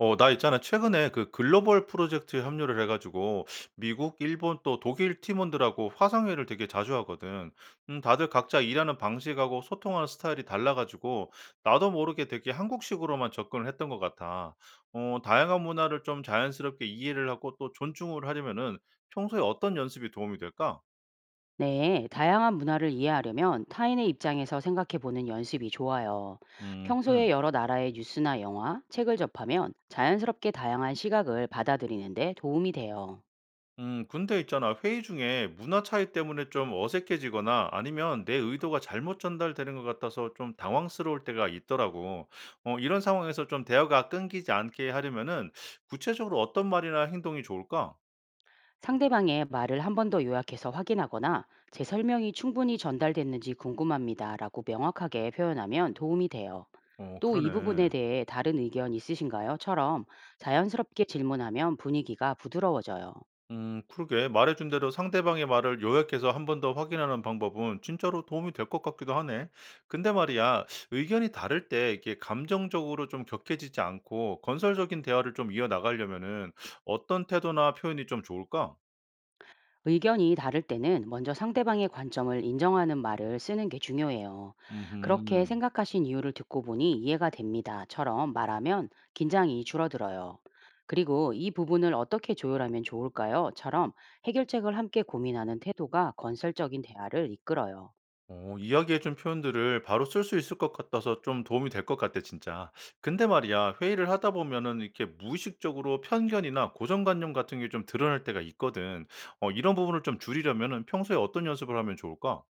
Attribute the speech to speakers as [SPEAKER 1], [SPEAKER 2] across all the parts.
[SPEAKER 1] 나 있잖아. 최근에 그 글로벌 프로젝트에 합류를 해가지고 미국, 일본 또 독일 팀원들하고 화상회의를 되게 자주 하거든. 다들 각자 일하는 방식하고 소통하는 스타일이 달라가지고 나도 모르게 되게 한국식으로만 접근을 했던 것 같아. 다양한 문화를 좀 자연스럽게 이해를 하고 또 존중을 하려면은 평소에 어떤 연습이 도움이 될까?
[SPEAKER 2] 네, 다양한 문화를 이해하려면 타인의 입장에서 생각해 보는 연습이 좋아요.
[SPEAKER 1] 음,
[SPEAKER 2] 평소에
[SPEAKER 1] 음.
[SPEAKER 2] 여러 나라의 뉴스나 영화, 책을 접하면 자연스럽게 다양한 시각을 받아들이는데 도움이 돼요.
[SPEAKER 1] 근데 있잖아. 회의 중에 문화 차이 때문에 좀 어색해지거나 아니면 내 의도가 잘못 전달되는 것 같아서 좀 당황스러울 때가 있더라고. 이런 상황에서 좀 대화가 끊기지 않게 하려면은 구체적으로 어떤 말이나 행동이 좋을까?
[SPEAKER 2] 상대방의 말을 한 번 더 요약해서 확인하거나 제 설명이 충분히 전달됐는지 궁금합니다. 라고 명확하게 표현하면 도움이 돼요.
[SPEAKER 1] 어,
[SPEAKER 2] 또 이 부분에
[SPEAKER 1] 그러네.
[SPEAKER 2] 대해 다른 의견 있으신가요? 처럼 자연스럽게 질문하면 분위기가 부드러워져요.
[SPEAKER 1] 그러게. 말해준 대로 상대방의 말을 요약해서 한 번 더 확인하는 방법은 진짜로 도움이 될 것 같기도 하네. 근데 말이야, 의견이 다를 때 이게 감정적으로 좀 격해지지 않고 건설적인 대화를 좀 이어나가려면은 어떤 태도나 표현이 좀 좋을까?
[SPEAKER 2] 의견이 다를 때는 먼저 상대방의 관점을 인정하는 말을 쓰는 게 중요해요. 그렇게
[SPEAKER 1] 음
[SPEAKER 2] 생각하신 이유를 듣고 보니 이해가 됩니다.처럼 말하면 긴장이 줄어들어요. 그리고 이 부분을 어떻게 조율하면 좋을까요?처럼 해결책을 함께 고민하는 태도가 건설적인 대화를 이끌어요.
[SPEAKER 1] 이야기해준 표현들을 바로 쓸 수 있을 것 같아서 좀 도움이 될 것 같아, 진짜. 근데 말이야, 회의를 하다 보면은 이렇게 무의식적으로 편견이나 고정관념 같은 게 좀 드러날 때가 있거든. 이런 부분을 좀 줄이려면은 평소에 어떤 연습을 하면 좋을까?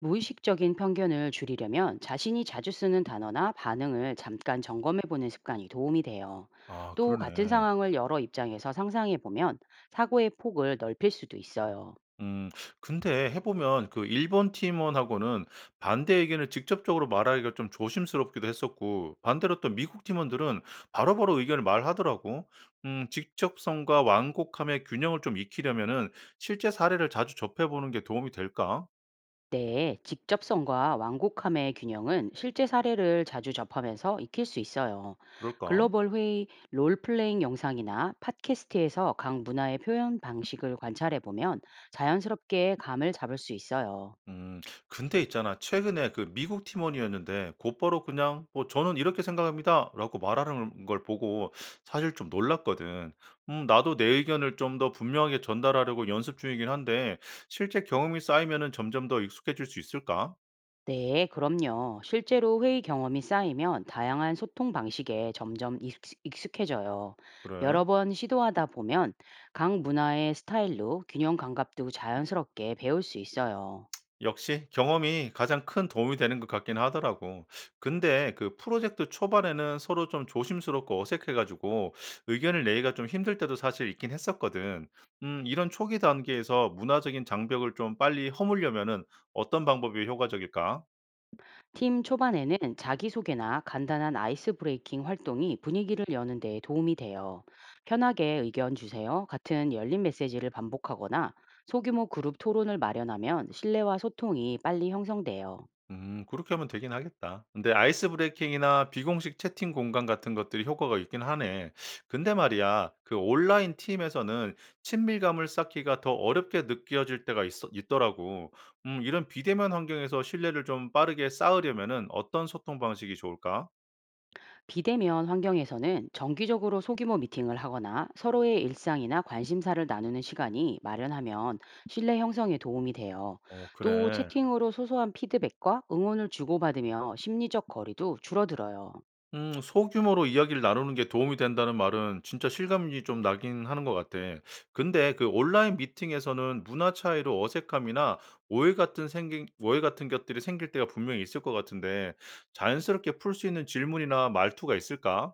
[SPEAKER 2] 무의식적인 편견을 줄이려면 자신이 자주 쓰는 단어나 반응을 잠깐 점검해 보는 습관이 도움이 돼요.
[SPEAKER 1] 아,
[SPEAKER 2] 또 같은
[SPEAKER 1] 그러네.
[SPEAKER 2] 상황을 여러 입장에서 상상해 보면 사고의 폭을 넓힐 수도 있어요.
[SPEAKER 1] 음. 근데 해 보면 그 일본 팀원하고는 반대 의견을 직접적으로 말하기가 좀 조심스럽기도 했었고 반대로 또 미국 팀원들은 바로바로 의견을 말하더라고. 직접성과 완곡함의 균형을 좀 익히려면은 실제 사례를 자주 접해 보는 게 도움이 될까?
[SPEAKER 2] 네, 직접성과 완곡함의 균형은 실제 사례를 자주 접하면서 익힐 수 있어요.
[SPEAKER 1] 그럴까?
[SPEAKER 2] 글로벌 회의, 롤플레잉 영상이나 팟캐스트에서 각 문화의 표현 방식을 관찰해 보면 자연스럽게 감을 잡을 수 있어요.
[SPEAKER 1] 음. 근데 있잖아. 최근에 그 미국 팀원이었는데 곧바로 그냥 "뭐 저는 이렇게 생각합니다."라고 말하는 걸 보고 사실 좀 놀랐거든. 나도 내 의견을 좀 더 분명하게 전달하려고 연습 중이긴 한데 실제 경험이 쌓이면은 점점 더 익숙해질 수 있을까?
[SPEAKER 2] 네, 그럼요. 실제로 회의 경험이 쌓이면 다양한 소통 방식에 점점 익숙해져요.
[SPEAKER 1] 그래.
[SPEAKER 2] 여러 번 시도하다 보면 각 문화의 스타일로 균형 감각도 자연스럽게 배울 수 있어요.
[SPEAKER 1] 역시 경험이 가장 큰 도움이 되는 것 같긴 하더라고. 근데 그 프로젝트 초반에는 서로 좀 조심스럽고 어색해가지고 의견을 내기가 좀 힘들 때도 사실 있긴 했었거든. 이런 초기 단계에서 문화적인 장벽을 좀 빨리 허물려면은 어떤 방법이 효과적일까?
[SPEAKER 2] 팀 초반에는 자기소개나 간단한 아이스 브레이킹 활동이 분위기를 여는 데 도움이 돼요. 편하게 의견 주세요. 같은 열린 메시지를 반복하거나 소규모 그룹 토론을 마련하면 신뢰와 소통이 빨리 형성돼요.
[SPEAKER 1] 그렇게 하면 되긴 하겠다. 근데 아이스 브레이킹이나 비공식 채팅 공간 같은 것들이 효과가 있긴 하네. 근데 말이야, 그 온라인 팀에서는 친밀감을 쌓기가 더 어렵게 느껴질 때가 있 있더라고. 이런 비대면 환경에서 신뢰를 좀 빠르게 쌓으려면은 어떤 소통 방식이 좋을까?
[SPEAKER 2] 비대면 환경에서는 정기적으로 소규모 미팅을 하거나 서로의 일상이나 관심사를 나누는 시간이 마련하면 신뢰 형성에 도움이 돼요.
[SPEAKER 1] 어,
[SPEAKER 2] 또
[SPEAKER 1] 그래.
[SPEAKER 2] 채팅으로 소소한 피드백과 응원을 주고받으며 심리적 거리도 줄어들어요.
[SPEAKER 1] 소규모로 이야기를 나누는 게 도움이 된다는 말은 진짜 실감이 좀 나긴 하는 것 같아. 근데 그 온라인 미팅에서는 문화 차이로 어색함이나 오해 같은 생긴 오해 같은 것들이 생길 때가 분명히 있을 것 같은데 자연스럽게 풀 수 있는 질문이나 말투가 있을까?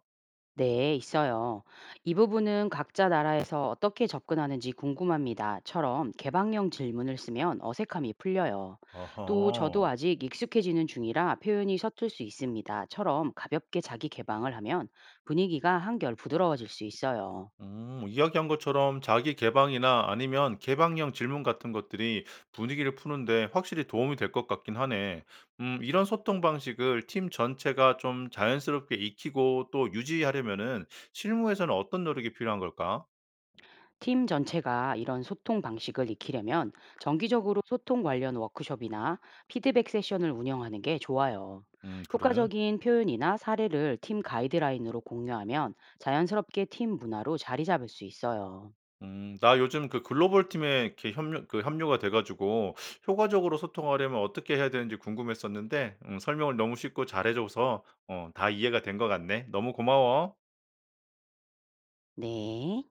[SPEAKER 2] 네, 있어요. 이 부분은 각자 나라에서 어떻게 접근하는지 궁금합니다.처럼 개방형 질문을 쓰면 어색함이 풀려요. 또 저도
[SPEAKER 1] 어허.
[SPEAKER 2] 아직 익숙해지는 중이라 표현이 서툴 수 있습니다.처럼 가볍게 자기 개방을 하면 분위기가 한결 부드러워질 수 있어요.
[SPEAKER 1] 이야기한 것처럼 자기 개방이나 아니면 개방형 질문 같은 것들이 분위기를 푸는데 확실히 도움이 될 것 같긴 하네. 이런 소통 방식을 팀 전체가 좀 자연스럽게 익히고 또 유지하려면은 실무에서는 어떤 노력이 필요한 걸까?
[SPEAKER 2] 팀 전체가 이런 소통 방식을 익히려면 정기적으로 소통 관련 워크숍이나 피드백 세션을 운영하는 게 좋아요.
[SPEAKER 1] 그래.
[SPEAKER 2] 효과적인 표현이나 사례를 팀 가이드라인으로 공유하면 자연스럽게 팀 문화로 자리 잡을 수 있어요.
[SPEAKER 1] 나 요즘 그 글로벌 팀에 이렇게 그 합류가 돼가지고 효과적으로 소통하려면 어떻게 해야 되는지 궁금했었는데, 설명을 너무 쉽고 잘해줘서, 다 이해가 된 것 같네. 너무 고마워.
[SPEAKER 2] 네.